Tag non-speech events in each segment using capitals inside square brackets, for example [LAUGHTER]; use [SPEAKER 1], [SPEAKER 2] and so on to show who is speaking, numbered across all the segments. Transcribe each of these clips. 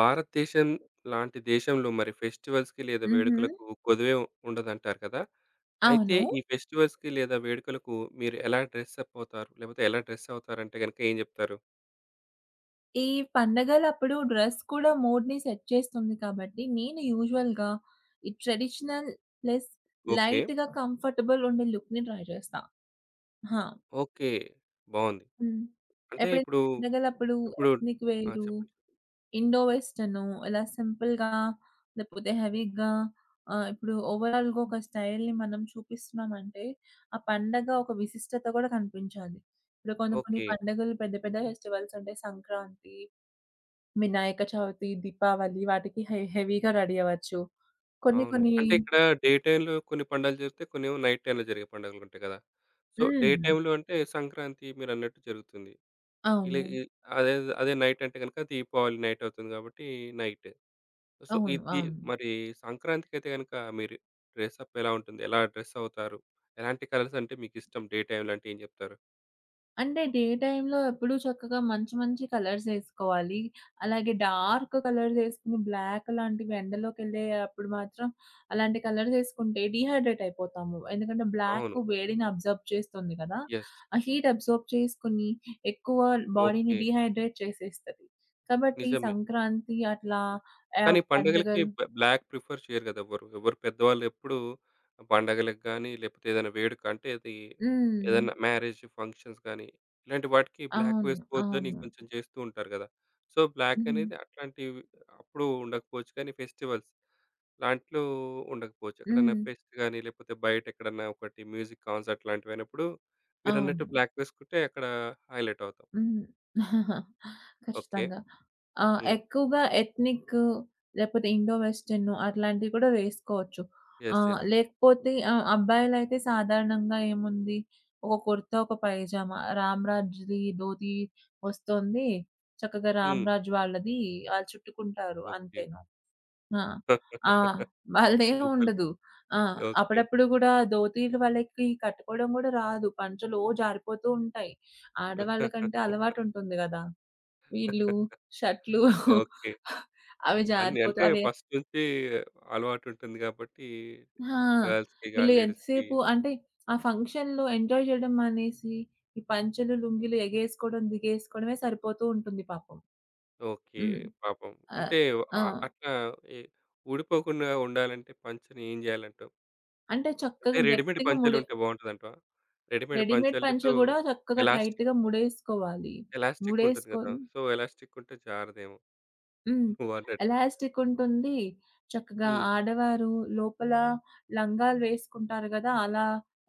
[SPEAKER 1] భారతదేశం లాంటి దేశంలో మరి ఫెస్టివల్స్‌కి లేదా
[SPEAKER 2] హుహు.
[SPEAKER 1] వేడుకలకు కొదువే ఉండదంటారు కదా! అయితే
[SPEAKER 2] అవును.
[SPEAKER 1] ఈ ఫెస్టివల్స్‌కి లేదా వేడుకలకు మీరు ఎలా డ్రెస్ అప్ అవుతారు? లేకపోతే ఎలా డ్రెస్ అవుతారంటే గనుక ఏం చెప్తారు?
[SPEAKER 2] ఈ పండగలప్పుడు డ్రెస్ కూడా మూడ్‌ని సెట్ చేస్తుంది కాబట్టి, నేను యూజువల్‌గా ఈ ట్రెడిషనల్ ప్లస్
[SPEAKER 1] ఓకే.
[SPEAKER 2] లైట్‌గా కంఫర్టబుల్ ఉండే లుక్‌ని ట్రై చేస్తా. ఆ!
[SPEAKER 1] ఓకే. బావుంది.
[SPEAKER 2] హ్మ్.
[SPEAKER 1] అంటే
[SPEAKER 2] ఎప్పుడైనా
[SPEAKER 1] ఇప్పుడు,
[SPEAKER 2] పండగలప్పుడు
[SPEAKER 1] ఇప్పుడు
[SPEAKER 2] ఎత్నిక్
[SPEAKER 1] ఆ!
[SPEAKER 2] వేరు,
[SPEAKER 1] చెప్పండి.
[SPEAKER 2] ఇండో వెస్టర్ను ఇలా సింపుల్‌గా లేకపోతే హెవీగా, ఇప్పుడు ఓవరాల్‌గా ఒక స్టైల్‌ని మనం చూపిస్తున్నామంటే, ఆ పండగ ఒక విశిష్టత కూడా కనిపించాలి. ఇప్పుడు కొన్ని కొన్ని
[SPEAKER 1] ఓకే.
[SPEAKER 2] పండుగలు పెద్ద పెద్ద ఫెస్టివల్స్ ఉంటాయి. సంక్రాంతి, వినాయక చవితి, దీపావళి వాటికి హెవీగా రెడీ అవ్వచ్చు. కొన్ని
[SPEAKER 1] అవును.
[SPEAKER 2] కొన్ని.
[SPEAKER 1] అంటే ఇక్కడ డే టైమ్‌లో కొన్ని పండుగలు జరుగుతాయి. కొన్నేమో నైట్ టైమ్‌లో జరిగే పండుగలుంటాయి కదా! సో, డే
[SPEAKER 2] హ్మ్.
[SPEAKER 1] టైమ్‌లో అంటే సంక్రాంతి మీరన్నట్టు జరుగుతుంది. ఇలా
[SPEAKER 2] అవును.
[SPEAKER 1] ఈ అదే అదే నైట్ అంటే గనుక దీపావళి నైట్ అవుతుంది కాబట్టి నైట్. సో,
[SPEAKER 2] అవును.
[SPEAKER 1] ఇది
[SPEAKER 2] అవును.
[SPEAKER 1] మరి సంక్రాంతికైతే గనక మీరు డ్రెసప్ ఎలా ఉంటుంది? ఎలా డ్రెస్ అవుతారు? ఎలాంటి కలర్స్ అంటే మీకిష్టం? డే టైమ్‌లో అంటే ఏం జెప్తారు?
[SPEAKER 2] అంటే డే టైమ్‌లో ఎప్పుడూ చక్కగా మంచి మంచి కలర్స్ ఏసుకోవాలి. అలాగే డార్క్ కలర్స్ ఏసుకుని బ్లాక్ లాంటివి ఎండలోకెళ్ళే అప్పుడు మాత్రం అలాంటి కలర్స్ ఏసుకుంటే డీహైడ్రేట్ అయిపోతాము. ఎందుకంటే బ్లాక్
[SPEAKER 1] అవును.
[SPEAKER 2] వేడిని అబ్జర్బ్ చేస్తుంది కదా!
[SPEAKER 1] యెస్.
[SPEAKER 2] ఆ హీట్ అబ్జర్బ్ చేసుకొని ఎక్కువ బాడీని
[SPEAKER 1] ఓకే.
[SPEAKER 2] డీహైడ్రేట్ చేసేస్తది. కాబట్టి
[SPEAKER 1] నిజమే.
[SPEAKER 2] సంక్రాంతి అట్లా.
[SPEAKER 1] కానీ పండుగలకి
[SPEAKER 2] పండుగలు.
[SPEAKER 1] బ్లాక్ ప్రిఫర్ చేయరు గదా! ఎవ్వరు. ఎవరు పెద్దవాళ్ళు ఎప్పుడూ పండగలకి గానీ, లేపోతే ఏదైనా వేడుక అంటే అది
[SPEAKER 2] హ్మ్.
[SPEAKER 1] ఏదన్నా మ్యారేజ్ ఫంక్షన్స్ గానీ, ఇలాంటి వాటికి బ్లాక్
[SPEAKER 2] అవును.
[SPEAKER 1] వేసుకోవద్దని
[SPEAKER 2] అవును.
[SPEAKER 1] కొంచెం చేస్తూ ఉంటారు గదా! సో, బ్లాక్
[SPEAKER 2] హ్మ్.
[SPEAKER 1] అనేది అట్లాంటివి అప్పుడు ఉండకపోవచ్చు కానీ ఫెస్టివల్స్ లాంట్లో ఉండకపోవచ్చు. ఎక్కడన్నా
[SPEAKER 2] హ్మ్.
[SPEAKER 1] ఫెస్ట్ గాని, లేకపోతే బయట ఎక్కడన్నా ఒకటి మ్యూజిక్ కాన్సర్ట్ లాంటివైనప్పుడు మీరన్నట్టు
[SPEAKER 2] అవును.
[SPEAKER 1] బ్లాక్ వేసుకుంటే అక్కడ హైలైట్ అవుతాం.
[SPEAKER 2] హ్మ్. [LAUGHS]
[SPEAKER 1] ఓకే.
[SPEAKER 2] ఖచ్చితంగా. ఆ!
[SPEAKER 1] హ్మ్.
[SPEAKER 2] ఎక్కువగా ఎథ్నిక్ లేపోతే ఇండో వెస్టర్న్ అట్లాంటివి కూడా వేసుకోవచ్చు.
[SPEAKER 1] యెస్.
[SPEAKER 2] ఆహ్,
[SPEAKER 1] యెస్.
[SPEAKER 2] లేకపోతే ఆహ్, అబ్బాయిలైతే సాధారణంగా ఏముంది, ఒక కుర్తా, ఒక పైజామా, 'రామ్ రాజ్‌ది' ధోతి వస్తుంది. చక్కగా 'రామ్
[SPEAKER 1] హ్మ్.
[SPEAKER 2] రాజ్' వాళ్ళది ఆళ్ళు చుట్టుకుంటారు
[SPEAKER 1] ఓకే.
[SPEAKER 2] అంతేను. ఆ! ఆ! వాళ్ళదేం
[SPEAKER 1] సింపుల్.
[SPEAKER 2] ఉండదు. ఆ!
[SPEAKER 1] ఓకే.
[SPEAKER 2] అప్పుడప్పుడు గూడా ధోతీలు వాళ్ళకి కట్టుకోవడం గూడా రాదు. పంచలో జారిపోతూ ఉంటాయి. ఆడవాళ్ళకంటే
[SPEAKER 1] [LAUGHS]
[SPEAKER 2] అలవాటుంటుంది గదా! వీళ్ళు షర్టులు
[SPEAKER 1] ఓకే.
[SPEAKER 2] [LAUGHS] అవి
[SPEAKER 1] అన్నీ
[SPEAKER 2] జారిపోతూ
[SPEAKER 1] అంటే
[SPEAKER 2] అవి.
[SPEAKER 1] ఫస్ట్ నుంచి అలవాటుంటుంది గాబట్టి
[SPEAKER 2] ఆ!
[SPEAKER 1] గర్ల్స్‌కిగా,
[SPEAKER 2] వీళ్ళు
[SPEAKER 1] లేడీస్‌కి
[SPEAKER 2] ఎంతసేపు అంటే ఆ ఫంక్షన్‌లో ఎంజాయ్ జేయడం మానేసి, ఈ పంచలు, లుంగీలు ఎగేసుకోవడం, దిగేసుకోవడమే సరిపోతూ ఉంటుంది పాపం.
[SPEAKER 1] ఓకే.
[SPEAKER 2] హ్మ్.
[SPEAKER 1] పాపం
[SPEAKER 2] ఆహ్,
[SPEAKER 1] అంటే
[SPEAKER 2] ఆ!
[SPEAKER 1] ఆహ్, అట్లా ఎ ఊడిపోకుండా ఉండాలంటే పంచని ఏం జేయాలంటావు?
[SPEAKER 2] అంటే
[SPEAKER 1] అంటే
[SPEAKER 2] చక్కగా
[SPEAKER 1] రెడీమేడ్
[SPEAKER 2] గట్టిగా ముడి.
[SPEAKER 1] పంచెలుంటే బావుంటదంటావా? రెడీమేడ్
[SPEAKER 2] రెడీమేడ్ పంచె
[SPEAKER 1] పంచెలతో
[SPEAKER 2] గూడా చక్కగా
[SPEAKER 1] ఎలాస్టిక్,
[SPEAKER 2] టైట్‌గా ముడేసుకోవాలి.
[SPEAKER 1] ఎలాస్టిక్ ఉంటుంది గదా!
[SPEAKER 2] ముడేసుకొని.
[SPEAKER 1] సో, ఎలాస్టిక్ ఉంటే జారదేమో
[SPEAKER 2] హ్మ్.
[SPEAKER 1] నువ్వన్నట్టు.
[SPEAKER 2] ఎలాస్టిక్ ఉంటుంది. చక్కగా
[SPEAKER 1] హ్మ్.
[SPEAKER 2] ఆడవారు లోపల లంగాలు వేసుకుంటారు గదా! అలా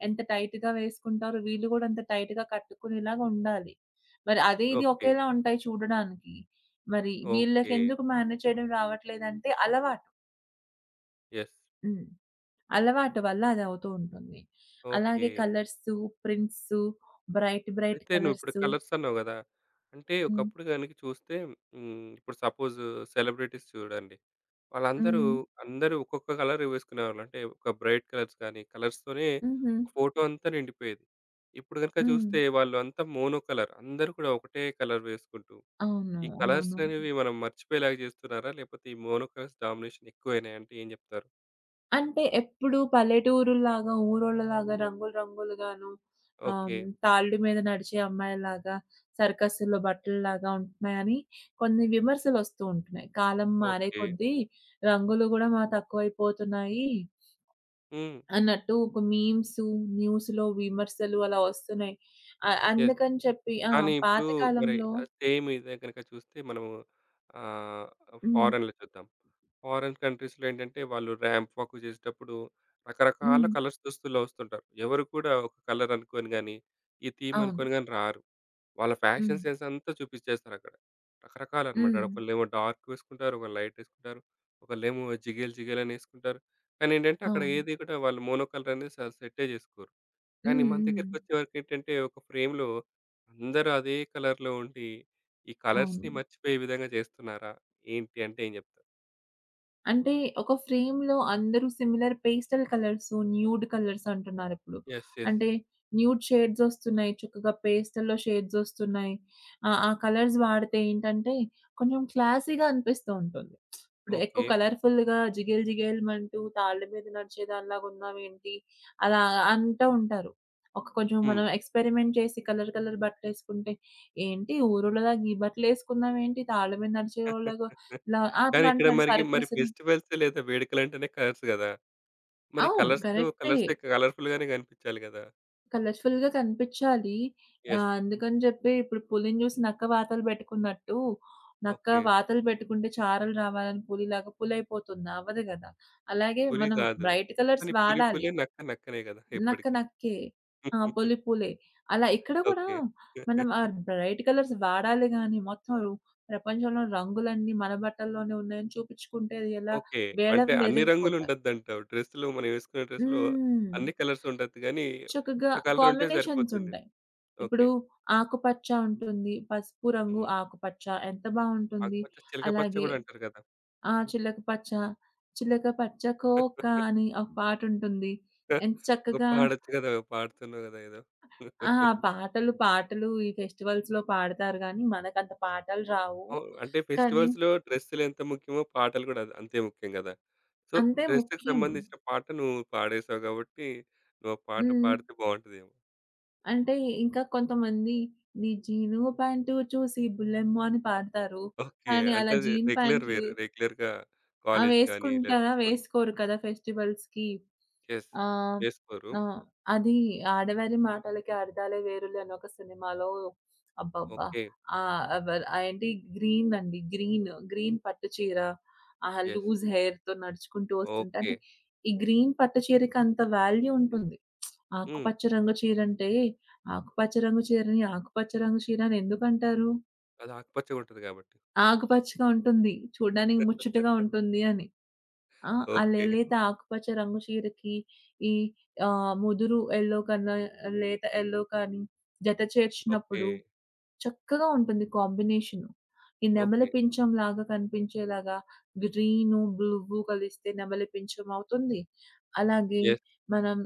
[SPEAKER 2] ఎంత టైట్‌గా వేసుకుంటారో వీళ్ళు గూడా అంత టైట్‌గా కట్టుకునేలాగా ఉండాలి. మరి అది ఇది
[SPEAKER 1] ఓకే.
[SPEAKER 2] ఒకేలా ఉంటాయి చూడడానికి. మరి
[SPEAKER 1] ఓకే.
[SPEAKER 2] వీళ్ళకెందుకు మేనేజ్ చేయడం రావట్లేదంటే అలవాటు.
[SPEAKER 1] యెస్.
[SPEAKER 2] హ్మ్. అలవాటు వల్ల అది అవుతూ ఉంటుంది.
[SPEAKER 1] ఓకే.
[SPEAKER 2] అలాగే కలర్సు, ప్రింట్సు, బ్రైట్ బ్రైట్
[SPEAKER 1] అయితే నువ్విప్పుడు
[SPEAKER 2] కలర్సు.
[SPEAKER 1] కలర్స్ అన్నావు గదా! అంటే
[SPEAKER 2] హ్మ్.
[SPEAKER 1] ఒకప్పుడు గనుక చూస్తే హ్మ్, ఇప్పుడు సపోజ్ సెలబ్రిటీస్ చూడండి. వాళ్ళందరూ
[SPEAKER 2] హ్మ్.
[SPEAKER 1] అందరూ ఒక్కొక్క కలర్ వేసుకునేవాళ్ళు. అంటే ఒక బ్రైట్ కలర్స్ గానీ, కలర్స్‌తోనే
[SPEAKER 2] హుహు.
[SPEAKER 1] ఫోటో అంతా నిండిపోయేది. ఇప్పుడు గనుక
[SPEAKER 2] హ్మ్.
[SPEAKER 1] చూస్తే వాళ్ళు అంతా మోనో కలర్ అందరూ కూడా ఒకటే కలర్ వేసుకుంటూ
[SPEAKER 2] అవును.
[SPEAKER 1] ఈ కలర్స్
[SPEAKER 2] అవును.
[SPEAKER 1] అనేవి మనం మర్చిపోయేలాగా చేస్తున్నారా? లేపోతే ఈ మోనో కలర్స్ డామినేషన్ ఎక్కువైనాయి అంటే ఏం జెప్తారు?
[SPEAKER 2] అంటే ఎప్పుడు పల్లెటూరుల్లాగా, ఊరోళ్ళలాగా రంగులు రంగులుగాను, ఆహ్,
[SPEAKER 1] ఓకే.
[SPEAKER 2] తాళ్ళు మీద నడిచే అమ్మాయిల్లాగా, సర్కస్సుల్లో బట్టల్లాగా ఉంటున్నాయని కొన్ని విమర్శలొస్తూ ఉంటున్నాయి. కాలం మారే
[SPEAKER 1] ఓకే.
[SPEAKER 2] కొద్దీ రంగులు గూడా మా తక్కువైపోతున్నాయి
[SPEAKER 1] హ్మ్.
[SPEAKER 2] అన్నట్టు ఒక మీమ్సు, న్యూస్‌లో విమర్శలు అలా వస్తున్నాయి. అ
[SPEAKER 1] యెస్.
[SPEAKER 2] అందుకని చెప్పి ఆ!
[SPEAKER 1] కానీ ఇప్పుడు
[SPEAKER 2] పాత
[SPEAKER 1] మరి
[SPEAKER 2] కాలంలో.
[SPEAKER 1] సేమ్ ఇదే గనక చూస్తే మనము ఆహ్,
[SPEAKER 2] హ్మ్.
[SPEAKER 1] ఫారెన్‌లో చూద్దాం. ఫారెన్ కంట్రీస్‌లో ఏంటంటే వాళ్ళు ర్యాంప్ వాక్ చేసేటప్పుడు రకరకాల
[SPEAKER 2] హ్మ్.
[SPEAKER 1] కలర్స్ దుస్తుల్లో వస్తుంటారు. ఎవరు కూడా ఒక కలర్ అనుకోని గాని, ఈ థీమ్
[SPEAKER 2] అవును.
[SPEAKER 1] అనుకోని గాని రారు. వాళ్ళ
[SPEAKER 2] హ్మ్.
[SPEAKER 1] ఫ్యాషన్ సెన్స్ అంతా చూపించేస్తారు అక్కడ. రకరకాలనమాట.
[SPEAKER 2] హ్మ్.
[SPEAKER 1] ఒకళ్ళేమో డార్క్ వేసుకుంటారు. ఒకళ్ళు లైట్ ఏసుకుంటారు. ఒకళ్ళేమో జిగేల్ జిగేల్ అని ఏసుకుంటారు. కానీ ఏంటంటే అక్కడ
[SPEAKER 2] అవును.
[SPEAKER 1] ఏది కూడా వాళ్ళు మోనో కలర్ అనేది అసలు సెట్టే జేసుకోరు. కానీ
[SPEAKER 2] హ్మ్.
[SPEAKER 1] మన
[SPEAKER 2] హ్మ్.
[SPEAKER 1] దగ్గరికొచ్చే వరకు ఏంటంటే ఒక ఫ్రేమ్‌లో అందరూ అదే కలర్‌లో ఉండి ఈ
[SPEAKER 2] అవును.
[SPEAKER 1] కలర్స్‌ని మర్చిపోయే విధంగా చేస్తున్నారా? ఏంటి అంటే ఏం జెప్తారు?
[SPEAKER 2] అంటే ఒక ఫ్రేమ్‌లో అందరూ similar pastel colours, nude colours అంటున్నారిప్పుడు.
[SPEAKER 1] యెస్. యెస్.
[SPEAKER 2] అంటే న్యూడ్ షేడ్స్ ఒస్తున్నాయి. చక్కగా పేస్టల్‌లో షేడ్స్ ఒస్తున్నాయి. ఆ కలర్స్ వాడితే ఏంటంటే కొంచెం క్లాసీ‌గా అనిపిస్తూ ఉంటుంది. ఇప్పుడు ఎక్కువ
[SPEAKER 1] ఓకే.
[SPEAKER 2] కలర్‌ఫుల్‌గా జిగేల్ జిగేల్‌మంటూ తాళ్ళ మీద నడిచేదానిలాగా ఉన్నావేంటి? అలా అంటూ ఉంటారు. ఒక కొంచెం
[SPEAKER 1] హ్మ్.
[SPEAKER 2] మనం ఎక్స్‌పెరిమెంట్ చేసి కలర్ కలర్ బట్టలేసుకుంటే, ఏంటి ఊరోళ్ళలాగా ఈ బట్టలేసుకున్నావేంటి? తాళ్ళ మీద నడిచేవాళ్ళలాగా
[SPEAKER 1] [LAUGHS]
[SPEAKER 2] ఇలా
[SPEAKER 1] కానీ
[SPEAKER 2] అట్లా
[SPEAKER 1] ఇక్కడ
[SPEAKER 2] అంటారు
[SPEAKER 1] మరి
[SPEAKER 2] సర్కస్‌లో.
[SPEAKER 1] ఫెస్టివల్స్ లేదా వేడుకలంటేనే కలర్స్ గదా! మరి
[SPEAKER 2] అవును.
[SPEAKER 1] కలర్స్‌లో
[SPEAKER 2] కరెక్టే.
[SPEAKER 1] కలర్సే కలర్‌ఫుల్‌గానే గనిపించాలి గదా!
[SPEAKER 2] కలర్‌ఫుల్‌గా కనిపించాలి.
[SPEAKER 1] యెస్.
[SPEAKER 2] అందుకని జెప్పి ఇప్పుడు పులిని జూసి నక్క వాతలు బెట్టుకున్నట్టు, నక్క
[SPEAKER 1] ఓకే.
[SPEAKER 2] వాతలు బెట్టుకుంటే చారలు రావాలని పులిలాగా పులైపోతుంది. అవ్వదు గదా! అలాగే
[SPEAKER 1] పులి
[SPEAKER 2] మనం
[SPEAKER 1] కాదు.
[SPEAKER 2] బ్రైట్ కలర్స్
[SPEAKER 1] కానీ పులి
[SPEAKER 2] వాడాలి.
[SPEAKER 1] పులే, నక్క నక్కనే గదా!
[SPEAKER 2] నక్క
[SPEAKER 1] ఎప్పటికి.
[SPEAKER 2] నక్కే. ఆ!
[SPEAKER 1] [LAUGHS]
[SPEAKER 2] పులి పులే. అలా ఇక్కడ గూడా
[SPEAKER 1] ఓకే.
[SPEAKER 2] మనం ఆ బ్రైట్ కలర్స్ వాడాలి గానీ, మొత్తం రు ప్రపంచంలో రంగులన్నీ మన బట్టల్లోనే ఉన్నాయని చూపించుకుంటే అది ఎలా,
[SPEAKER 1] ఓకే.
[SPEAKER 2] వేలం
[SPEAKER 1] అంటే అన్ని
[SPEAKER 2] వెర్రెగిపోతారు.
[SPEAKER 1] రంగులుండొద్దంటావు. డ్రెస్‌లో మనం వేసుకునే డ్రెస్‌లో
[SPEAKER 2] హ్మ్.
[SPEAKER 1] అన్ని కలర్స్ ఉండొద్దు గానీ,
[SPEAKER 2] చక్కగా
[SPEAKER 1] ఒక కలర్ ఉంటే
[SPEAKER 2] కాంబినేషన్స్
[SPEAKER 1] సరిపోతుంది.
[SPEAKER 2] ఉంటాయి. ఇప్పుడు
[SPEAKER 1] ఓకే.
[SPEAKER 2] ఆకుపచ్చ ఉంటుంది. పసుపు రంగు
[SPEAKER 1] హ్మ్.
[SPEAKER 2] ఆకుపచ్చ ఎంత బావుంటుంది.
[SPEAKER 1] ఆకుపచ్చ, చిలక పచ్చ
[SPEAKER 2] అలాగే
[SPEAKER 1] గూడా అంటారు గదా!
[SPEAKER 2] ఆ! చిలక పచ్చ, చిలక పచ్చ కోక
[SPEAKER 1] [LAUGHS]
[SPEAKER 2] అని ఒక పాటుంటుంది. ఎంత చక్కగా.
[SPEAKER 1] పాడొచ్చు గదా! పాడుతున్నావు గదా! ఏదో.
[SPEAKER 2] ఆ!
[SPEAKER 1] [LAUGHS]
[SPEAKER 2] పాటలు, పాటలు ఈ ఫెస్టివల్స్‌లో పాడతారు గానీ, మనకంత పాటలు రావు.
[SPEAKER 1] అవును. అంటే
[SPEAKER 2] కానీ
[SPEAKER 1] ఫెస్టివల్స్‌లో డ్రెస్సులు ఎంత ముఖ్యమో, పాటలు కూడా అంతే ముఖ్యం గదా! సో,
[SPEAKER 2] అంతే
[SPEAKER 1] డ్రెస్‌కి
[SPEAKER 2] ముఖ్యం.
[SPEAKER 1] సంబంధించిన పాట నువ్వు పాడేశావు గాబట్టి, నువ్వు ఆ పాట
[SPEAKER 2] హ్మ్.
[SPEAKER 1] పాడితే బావుంటదేమో.
[SPEAKER 2] అంటే ఇంకా కొంతమంది నీ జీను ప్యాంటు చూసి బుల్లెమ్మో అని పాడతారు.
[SPEAKER 1] ఓకే.
[SPEAKER 2] కానీ
[SPEAKER 1] అంటే
[SPEAKER 2] అలా
[SPEAKER 1] అది
[SPEAKER 2] జీన్
[SPEAKER 1] రెగ్యులర్
[SPEAKER 2] ప్యాంట్లు
[SPEAKER 1] వేర్. రెగ్యులర్‌గా
[SPEAKER 2] ఆ!
[SPEAKER 1] కాలేజ్ గాని ఇలా
[SPEAKER 2] వేసుకుంటారా?
[SPEAKER 1] తీసుకుంట
[SPEAKER 2] వేసుకోరు కదా! ఫెస్టివల్స్‌కి.
[SPEAKER 1] యెస్.
[SPEAKER 2] ఆహ్,
[SPEAKER 1] వేసుకోరు.
[SPEAKER 2] ఆ! అది 'ఆడవారి మాటలకి అర్థాలే వేరులే' అని ఒక సినిమాలో అబ్బబ్బా!
[SPEAKER 1] ఓకే.
[SPEAKER 2] ఆహ్, అవ ఏంటి గ్రీన్ అండి. గ్రీన్, గ్రీన్ పట్టు చీర, ఆ
[SPEAKER 1] యెస్.
[SPEAKER 2] లూజ్ హెయిర్‌తో నడుచుకుంటూ వస్తుంటే
[SPEAKER 1] ఓకే.
[SPEAKER 2] అంటే, ఈ గ్రీన్ పట్టు చీరకి అంత వాల్యూ ఉంటుంది.
[SPEAKER 1] హ్మ్.
[SPEAKER 2] ఆకుపచ్చ రంగు చీర అంటే, ఆకుపచ్చ రంగు చీరని ఆకుపచ్చ రంగు చీర అని ఎందుకంటారు?
[SPEAKER 1] అది ఆకుపచ్చగుంటది గాబట్టి.
[SPEAKER 2] ఆకుపచ్చగా ఉంటుంది. చూడడానికి ముచ్చటగా ఉంటుంది అని. ఆ! ఆ
[SPEAKER 1] ఓకే.
[SPEAKER 2] లేత ఆకుపచ్చ రంగు చీరకి ఈ ముదురు యెల్లో కన్నా లేత యెల్లో కానీ జత
[SPEAKER 1] ఓకే.
[SPEAKER 2] చేర్చినప్పుడు చక్కగా ఉంటుంది కాంబినేషను. ఈ నెమలి
[SPEAKER 1] ఓకే.
[SPEAKER 2] పించం లాగా కనిపించేలాగా గ్రీను, బ్లూ కలిస్తే నెమలి పించం అవుతుంది. అలాగే
[SPEAKER 1] యెస్.
[SPEAKER 2] మనం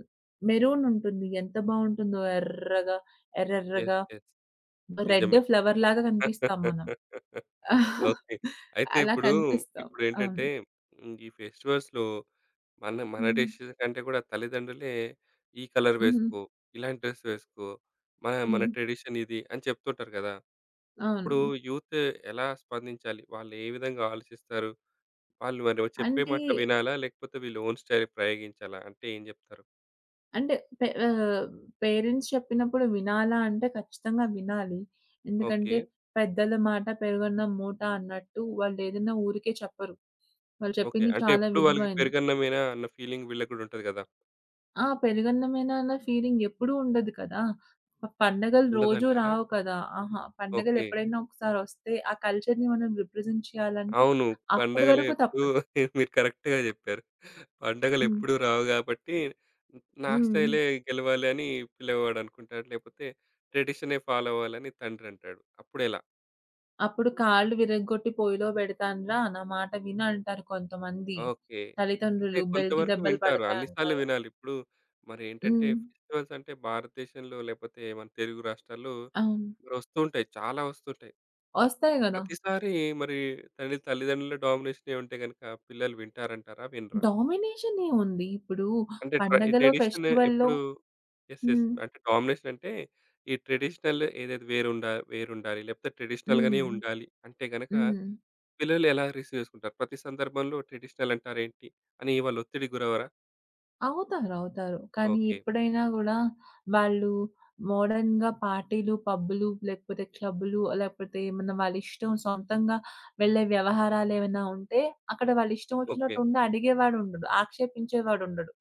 [SPEAKER 2] మెరూన్ ఉంటుంది. ఎంత బావుంటుందో ఎర్రగా,
[SPEAKER 1] యెస్.
[SPEAKER 2] ఎర్రెర్రగా
[SPEAKER 1] యెస్.
[SPEAKER 2] రెడ్
[SPEAKER 1] నిజమే.
[SPEAKER 2] ఫ్లవర్ లాగా కనిపిస్తాం మనం.
[SPEAKER 1] [LAUGHS]
[SPEAKER 2] [LAUGHS]
[SPEAKER 1] ఓకే. అయితే
[SPEAKER 2] అలా
[SPEAKER 1] ఇప్పుడు,
[SPEAKER 2] కనిపిస్తాం. అవును.
[SPEAKER 1] ఇప్పుడేంటంటే హ్మ్. ఈ ఫెస్టివల్స్‌లో మన మన
[SPEAKER 2] హ్మ్.
[SPEAKER 1] డెసిషన్ కంటే కూడా తల్లిదండ్రులే ఈ కలర్
[SPEAKER 2] హ్మ్.
[SPEAKER 1] వేసుకో, ఇలాంటి డ్రెస్ వేసుకో, మన మన
[SPEAKER 2] హ్మ్.
[SPEAKER 1] ట్రెడిషన్ ఇది అని చెప్తుంటారు కదా!
[SPEAKER 2] అవును.
[SPEAKER 1] అప్పుడు యూత్ ఎలా స్పందించాలి? వాళ్ళు ఏ విధంగా ఆలోచిస్తారు? వాళ్ళు మరి చెప్పే
[SPEAKER 2] అంటే,
[SPEAKER 1] మాట వినాలా? లేకపోతే వీళ్ళు ఓన్ స్టైల్ ప్రయోగించాలా? అంటే ఏం చెప్తారు?
[SPEAKER 2] అంటే పే ఆహ్, పేరెంట్స్ చెప్పినప్పుడు వినాలా అంటే ఖచ్చితంగా వినాలి.
[SPEAKER 1] ఓకే.
[SPEAKER 2] ఎందుకంటే పెద్దల మాట పెరుగన్నం మూట అన్నట్టు వాళ్ళేదైనా ఊరికే చెప్పరు. వాళ్ళు
[SPEAKER 1] ఓకే.
[SPEAKER 2] చెప్పింది
[SPEAKER 1] అంటే
[SPEAKER 2] చాలా
[SPEAKER 1] ఎప్పుడు వాళ్ళకి
[SPEAKER 2] విలువైంది.
[SPEAKER 1] పెరుగన్నమేనా అన్న ఫీలింగ్ వీళ్ళకి కూడా ఉంటది కదా!
[SPEAKER 2] ఆ! పెరుగన్నమేనా అన్న ఫీలింగ్ ఎప్పుడూ ఉండదు కదా! పండగలు రోజూ
[SPEAKER 1] ఉండదంటారా?
[SPEAKER 2] రావు కదా! ఆహా! పండగలు
[SPEAKER 1] ఓకే.
[SPEAKER 2] ఎప్పుడైనా ఒకసారొస్తే ఆ కల్చర్‌ని మనం రిప్రజెంట్ చేయాలంటే
[SPEAKER 1] అవును.
[SPEAKER 2] అప్పటి
[SPEAKER 1] పండగలు
[SPEAKER 2] వరకు
[SPEAKER 1] ఎప్పుడూ
[SPEAKER 2] తప్పదు.
[SPEAKER 1] [LAUGHS] మీరు కరెక్ట్‌గా జెప్పారు. పండగలు
[SPEAKER 2] హ్మ్.
[SPEAKER 1] ఎప్పుడూ రావు గాబట్టి, నా
[SPEAKER 2] హ్మ్.
[SPEAKER 1] స్టైలే గెలవాలి అని పిల్లవాడు అనుకుంటాడు. లేపోతే ట్రెడిషనే ఫాలో అవ్వాలని తండ్రి అంటాడు. అప్పుడెలా?
[SPEAKER 2] అప్పుడు కాళ్ళు విరగ్గొట్టి పొయ్యిలో పెడతానురా! నా మాట విను అంటారు కొంతమంది.
[SPEAKER 1] ఓకే. అంటే
[SPEAKER 2] తల్లిదండ్రులు బెల్ట్
[SPEAKER 1] కొంతవరకు
[SPEAKER 2] దెబ్బలు
[SPEAKER 1] వింటారు. అన్ని సార్లు
[SPEAKER 2] పడతాయంటారు.
[SPEAKER 1] వినాలి. ఇప్పుడు మరేంటంటే
[SPEAKER 2] హ్మ్.
[SPEAKER 1] ఫెస్టివల్స్ అంటే భారతదేశంలో లేపోతే మన తెలుగు రాష్ట్రాల్లో
[SPEAKER 2] అవును.
[SPEAKER 1] మరి ఒస్తుంటాయి. చాలా ఒస్తుంటాయి.
[SPEAKER 2] ఒస్తాయి గదా!
[SPEAKER 1] ప్రతిసారి మరి తల్లిదండ్రుల డామినేషనే ఉంటే గనక పిల్లలు వింటారంటారా? వినరా?
[SPEAKER 2] డామినేషన్ ఏముంది? ఇప్పుడు
[SPEAKER 1] అంటే
[SPEAKER 2] పండగలో,
[SPEAKER 1] ట్రెడిషన్
[SPEAKER 2] ఫెస్టివల్‌లో.
[SPEAKER 1] ఎప్పుడు యెస్. యెస్.
[SPEAKER 2] హ్మ్.
[SPEAKER 1] అంటే డామినేషన్ అంటే ఈ ట్రెడిషనల్ ఏదైతే వేరుండాలి. లేకపోతే ట్రెడిషనల్‌గానే
[SPEAKER 2] హ్మ్.
[SPEAKER 1] ఉండాలి. అంటే గనక
[SPEAKER 2] హ్మ్.
[SPEAKER 1] పిల్లలు ఎలా రిసీవ్ చేసుకుంటారు? ప్రతి సందర్భంలో ట్రెడిషనల్ అంటారేంటి? అని వాళ్ళు ఒత్తిడికి గురవ్వరా?
[SPEAKER 2] అవుతారు. అవుతారు. కానీ
[SPEAKER 1] ఓకే.
[SPEAKER 2] ఎప్పుడైనా గూడా వాళ్ళు మోడర్న్‌గా పార్టీలు, పబ్బులు లేకపోతే క్లబ్బులు లేకపోతే ఏమన్నా వాళ్ళ ఇష్టం సొంతంగా వెళ్ళే వ్యవహారాలేమైనా ఉంటే అక్కడ వాళ్ళ ఇష్టం
[SPEAKER 1] ఓకే.
[SPEAKER 2] వచ్చినట్టు ఉండి అడిగేవాడుండడు. ఆక్షేపించేవాడుండడు.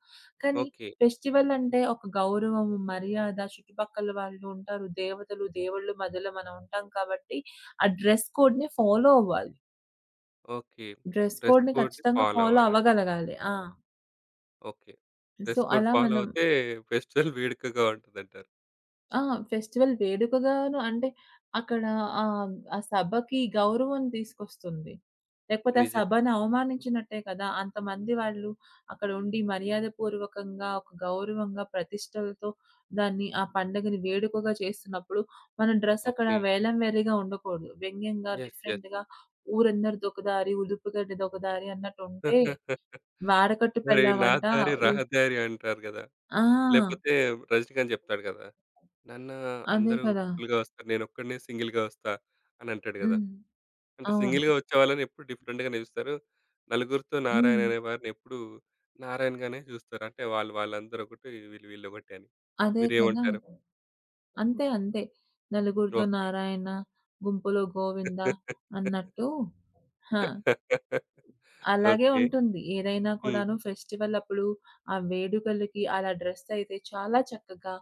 [SPEAKER 2] కానీ
[SPEAKER 1] ఓకే.
[SPEAKER 2] ఫెస్టివల్ అంటే ఒక గౌరవం, మర్యాద, చుట్టుపక్కల వాళ్ళు ఉంటారు. దేవతలు, దేవుళ్ళు మధ్యలో మనం ఉంటాం కాబట్టి ఆ డ్రెస్ కోడ్‌ని ఫాలో అవ్వాలి.
[SPEAKER 1] ఓకే.
[SPEAKER 2] డ్రెస్
[SPEAKER 1] డ్రెస్
[SPEAKER 2] కోడ్‌ని
[SPEAKER 1] కోడ్‌ని
[SPEAKER 2] ఖచ్చితంగా
[SPEAKER 1] ఫాలో
[SPEAKER 2] ఫాలో
[SPEAKER 1] అవ్వాలంట.
[SPEAKER 2] అవ్వగలగాలి. ఆ!
[SPEAKER 1] ఓకే.
[SPEAKER 2] సో,
[SPEAKER 1] డ్రెస్ కోడ్
[SPEAKER 2] అలా
[SPEAKER 1] ఫాలో
[SPEAKER 2] మనం.
[SPEAKER 1] అవుతే ఫెస్టివల్ వేడుకగా ఉంటదంటారు.
[SPEAKER 2] ఆ! ఫెస్టివల్ వేడుకగాను అంటే అక్కడ ఆ సభకి గౌరవం తీసుకొస్తుంది. లేకపోతే ఆ
[SPEAKER 1] నిజమే.
[SPEAKER 2] సభను అవమానించినట్టే కదా! అంతమంది వాళ్ళు అక్కడ ఉండి మర్యాదపూర్వకంగా, ఒక గౌరవంగా, ప్రతిష్టలతో దాన్ని ఆ పండగని వేడుకగా చేస్తున్నప్పుడు మన డ్రెస్ అక్కడ
[SPEAKER 1] ఓకే.
[SPEAKER 2] వేలం వేరేగా ఉండకూడదు. వ్యంగ్యంగా,
[SPEAKER 1] యెస్. యెస్.
[SPEAKER 2] డిఫరెంట్‌గా, ఊరందరిది ఒక దారి, ఉదుపుగడ్డది ఒక దారి అన్నట్టు ఉంటే
[SPEAKER 1] [LAUGHS]
[SPEAKER 2] వాడకట్టు
[SPEAKER 1] మరి నా
[SPEAKER 2] పెళ్ళామంట.
[SPEAKER 1] దారి
[SPEAKER 2] ఉ.
[SPEAKER 1] రహదారి అంటారు గదా!
[SPEAKER 2] ఆ!
[SPEAKER 1] లేపోతే 'రజినీకాంత్' జెప్తాడు గదా! నాన్న
[SPEAKER 2] అదే
[SPEAKER 1] అందరూ
[SPEAKER 2] కదా!
[SPEAKER 1] గుంపులుగా వస్తారు. నేనొక్కడినే సింగిల్‌గా వస్తా అని అంటాడు గదా!
[SPEAKER 2] హ్మ్.
[SPEAKER 1] అంటే
[SPEAKER 2] అవును.
[SPEAKER 1] సింగిల్‌గా వచ్చేవాళ్ళని ఎప్పుడు డిఫరెంట్‌గానే చూస్తారు. నలుగురితో నారాయణ
[SPEAKER 2] హ్మ్.
[SPEAKER 1] అనేవారిని ఎప్పుడు నారాయణ్‌గానే చూస్తారు. అంటే వాళ్ళు వాళ్ళందరూ ఒకటి వీళ్ళు వీళ్ళు ఒకటి అని.
[SPEAKER 2] అదే కదా!
[SPEAKER 1] మీరేమంటారు?
[SPEAKER 2] అంతే అంతే. నలుగురితో
[SPEAKER 1] ఓకే.
[SPEAKER 2] నారాయణ, గుంపులో గోవింద
[SPEAKER 1] [LAUGHS]
[SPEAKER 2] అన్నట్టు. హ! అలాగే
[SPEAKER 1] ఓకే.
[SPEAKER 2] ఉంటుంది. ఏదైనా
[SPEAKER 1] హ్మ్.
[SPEAKER 2] కూడాను ఫెస్టివల్ అప్పుడు ఆ వేడుకలకి అలా డ్రెస్ అయితే చాలా చక్కగా,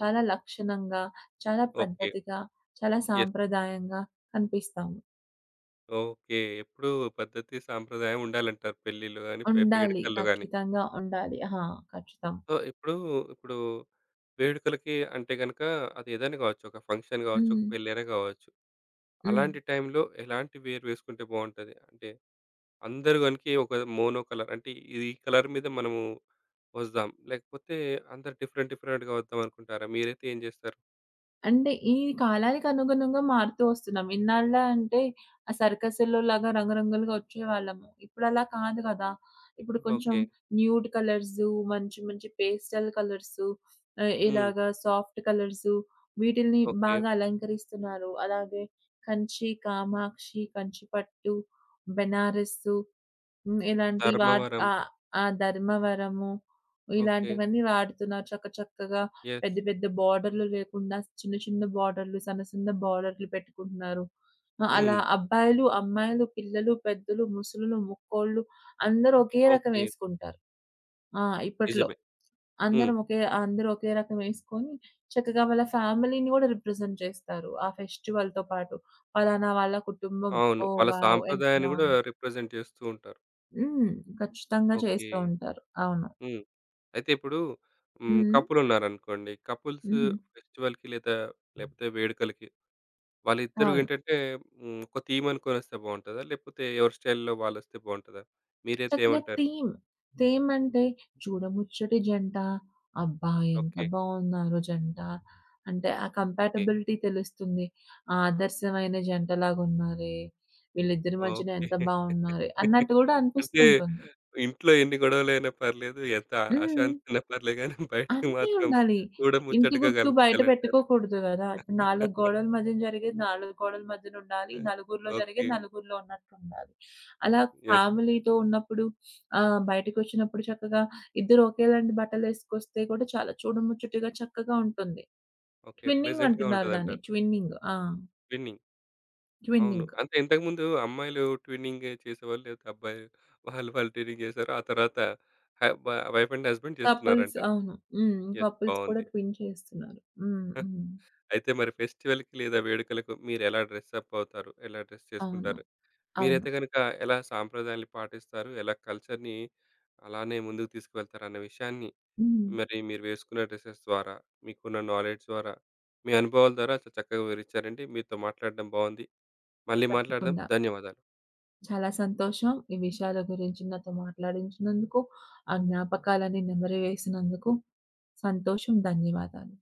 [SPEAKER 2] చాలా లక్షణంగా, చాలా
[SPEAKER 1] ఓకే.
[SPEAKER 2] పద్ధతిగా, చాలా
[SPEAKER 1] యెస్.
[SPEAKER 2] సాంప్రదాయంగా కనిపిస్తాము.
[SPEAKER 1] ఓకే. [LAUGHS] ఎప్పుడూ పద్ధతి, సాంప్రదాయం ఉండాలంటారు పెళ్ళిలో గాని,
[SPEAKER 2] ఉండాలి.
[SPEAKER 1] వేడుకల్లో గాని.
[SPEAKER 2] ఖచ్చితంగా ఉండాలి. ఆ! ఖచ్చితం.
[SPEAKER 1] సో, ఇప్పుడు ఇప్పుడు వేడుకలకి అంటే గనక అది ఏదైనా కావచ్చు. ఒక ఫంక్షన్ కావచ్చు, ఒక
[SPEAKER 2] హ్మ్.
[SPEAKER 1] పెళ్ళైనా కావచ్చు.
[SPEAKER 2] హ్మ్.
[SPEAKER 1] అలాంటి టైంలో ఎలాంటి వేర్ వేసుకుంటే బావుంటది? అంటే అందరూ గనుక ఒక మోనో కలర్ అంటే ఇది ఈ కలర్ మీద మనము వద్దాం. లేకపోతే అందరూ డిఫరెంట్ డిఫరెంట్‌గా వద్దాం అనుకుంటారా? మీరైతే ఏం చేస్తారు?
[SPEAKER 2] అంటే ఈ కాలానికి అనుగుణంగా మారుతూ వస్తున్నాం. ఇన్నాళ్ళ అంటే ఆ సర్కస్‌లో లాగా రంగురంగులుగా వచ్చేవాళ్ళము. ఇప్పుడలా కాదు కదా! ఇప్పుడు కొంచెం
[SPEAKER 1] ఓకే.
[SPEAKER 2] న్యూడ్ కలర్సు, మంచి మంచి పేస్టల్ కలర్సు,
[SPEAKER 1] హ్మ్.
[SPEAKER 2] ఇలాగా సాఫ్ట్ కలర్సు వీటిల్ని
[SPEAKER 1] ఓకే.
[SPEAKER 2] బాగా అలంకరిస్తున్నారు. అలాగే కంచి, కామాక్షి, కంచి పట్టు, బెనారస్సు. హ్మ్. ఇలాంటి
[SPEAKER 1] ధర్మవరం.
[SPEAKER 2] ఆ! ధర్మవరము
[SPEAKER 1] ఓకే.
[SPEAKER 2] ఇలాంటివన్నీ వాడుతున్నారు. చక్క చక్కగా
[SPEAKER 1] యెస్.
[SPEAKER 2] పెద్ద పెద్ద బార్డర్‌లు లేకుండా చిన్న చిన్న బార్డర్‌లు, సన్న సన్న బార్డర్‌లు పెట్టుకుంటున్నారు. ఆ! అలా
[SPEAKER 1] హ్మ్.
[SPEAKER 2] అబ్బాయిలు, అమ్మాయిలు, పిల్లలు, పెద్దలు, ముసలులు, ముక్కోళ్ళు అందరూ ఒకే రకం
[SPEAKER 1] ఓకే.
[SPEAKER 2] ఏసుకుంటారు. ఆ! ఇప్పట్లో
[SPEAKER 1] నిజమే. హ్మ్.
[SPEAKER 2] అందరం ఒకే అందరూ ఒకే రకం ఏసుకొని చక్కగా వాళ్ళ ఫ్యామిలీని గూడా రిప్రజెంట్ చేస్తారు. ఆ ఫెస్టివల్‌తో పాటు. పలానా వాళ్ళ కుటుంబం.
[SPEAKER 1] అవును.
[SPEAKER 2] ఓహ్!
[SPEAKER 1] వాళ్ళ
[SPEAKER 2] వావ్! ఎంత
[SPEAKER 1] సాంప్రదాయాన్ని గూడా
[SPEAKER 2] బావుంది.
[SPEAKER 1] రిప్రజెంట్ చేస్తూ ఉంటారు.
[SPEAKER 2] హ్మ్. ఖచ్చితంగా
[SPEAKER 1] ఓకే.
[SPEAKER 2] చేస్తూ ఉంటారు. అవును.
[SPEAKER 1] హ్మ్. అయితే ఇప్పుడు హ్మ్.
[SPEAKER 2] హ్మ్.
[SPEAKER 1] కపుల్ ఉన్నారనుకోండి. కపుల్స్
[SPEAKER 2] హుహు.
[SPEAKER 1] ఫెస్టివల్‌కి లేదా లేకపోతే వేడుకలకి వాళ్ళిద్దరూ
[SPEAKER 2] అవును.
[SPEAKER 1] ఏంటంటే హ్మ్. ఒక థీమ్ అనుకొనొస్తే బావుంటదా? లేకపోతే ఎవరి స్టైల్‌లో వాళ్ళొస్తే బావుంటదా? మీరైతే
[SPEAKER 2] చక్కగా
[SPEAKER 1] ఏమంటారు?
[SPEAKER 2] థీమ్. థీమ్ అంటే చూడముచ్చటి జంట, అబ్బా! ఎంత
[SPEAKER 1] ఓకే.
[SPEAKER 2] బావున్నారు జంట. అంటే ఆ
[SPEAKER 1] ఓకే.
[SPEAKER 2] కంపాటబిలిటీ తెలుస్తుంది. ఆదర్శమైన జంటలాగున్నారే, వీళ్ళిద్దరి మధ్యన
[SPEAKER 1] ఓకే.
[SPEAKER 2] ఎంత బావున్నారే
[SPEAKER 1] [LAUGHS]
[SPEAKER 2] అన్నట్టు గూడా అనిపిస్తూ
[SPEAKER 1] అంటే
[SPEAKER 2] ఉంటుంది.
[SPEAKER 1] ఇంట్లో ఎన్ని గొడవలైనా పర్లేదు. ఎంత
[SPEAKER 2] హ్మ్.
[SPEAKER 1] అశాంతి ఉన్నా పర్లే గానీ బయటకి
[SPEAKER 2] అన్నీ
[SPEAKER 1] మాత్రం
[SPEAKER 2] ఉండాలి. ఇంటి
[SPEAKER 1] చూడముచ్చటగా
[SPEAKER 2] గుట్టు బయట
[SPEAKER 1] కనిపించాలంటారు.
[SPEAKER 2] పెట్టుకోకూడదు గదా! ఇప్పుడు 4
[SPEAKER 1] [LAUGHS]
[SPEAKER 2] గోడల మధ్యన జరిగేది 4 గోడల మధ్యన ఉండాలి. నలుగురిలో
[SPEAKER 1] ఓకే.
[SPEAKER 2] జరిగేది నలుగురిలో ఉన్నట్టుండాలి. అలా
[SPEAKER 1] యెస్.
[SPEAKER 2] ఫ్యామిలీతో ఉన్నప్పుడు బయటకొచ్చినప్పుడు చక్కగా ఇద్దరు ఒకేలాంటి బట్టలేసుకొస్తే కూడా చాలా చూడముచ్చటగా చక్కగా ఉంటుంది.
[SPEAKER 1] ఓకే.
[SPEAKER 2] ట్విన్నింగ్
[SPEAKER 1] ప్లెజెంట్‌గా
[SPEAKER 2] అంటున్నారు దాన్ని.
[SPEAKER 1] ఉంటదంటారు.
[SPEAKER 2] ట్విన్నింగ్. ఆ!
[SPEAKER 1] విన్నింగ్. అవును.
[SPEAKER 2] ట్విన్నింగ్.
[SPEAKER 1] అంటే ఇంతకుముందు అమ్మాయిలు ట్విన్నింగ్ చేసేవాళ్ళు. లేకపోతే అబ్బాయిలు వాళ్ళు ట్విన్నింగ్ చేశారు. ఆ తర్వాత హ బ వైఫ్ అండ్ హస్బెండ్
[SPEAKER 2] కపుల్స్
[SPEAKER 1] చేస్తున్నారంటారు.
[SPEAKER 2] అవును. హ్మ్.
[SPEAKER 1] యెస్.
[SPEAKER 2] కపుల్స్ కూడా
[SPEAKER 1] బావుంది.
[SPEAKER 2] ట్విన్ చేస్తున్నారు. హ్మ్. హ్మ్.
[SPEAKER 1] అయితే మరి ఫెస్టివల్‌కి లేదా వేడుకలకు మీరెలా డ్రెస్ అప్ అవుతారు? ఎలా డ్రెస్
[SPEAKER 2] అవును.
[SPEAKER 1] చేసుకుంటారు?
[SPEAKER 2] అవును.
[SPEAKER 1] మీరైతే గనుక ఎలా సాంప్రదాయాల్ని పాటిస్తారు? ఎలా కల్చర్‌ని అలానే ముందుకు తీసుకువెళ్తారు అన్న విషయాన్ని
[SPEAKER 2] హ్మ్.
[SPEAKER 1] మరి మీరు వేసుకున్న డ్రెసెస్ ద్వారా, మీకున్న నాలెడ్జ్ ద్వారా, మీ అనుభవాల ద్వారా చాలా చక్కగా వివరించారండి. మీతో మాట్లాడడం బావుంది. మళ్ళీ మాట్లాడదాం.
[SPEAKER 2] తప్పకుండా.
[SPEAKER 1] ధన్యవాదాలు.
[SPEAKER 2] చాలా సంతోషం. ఈ విషయాల గురించి నాతో మాట్లాడించినందుకు, ఆ జ్ఞాపకాలన్నీ నెమరు వేసినందుకు సంతోషం. ధన్యవాదాలు.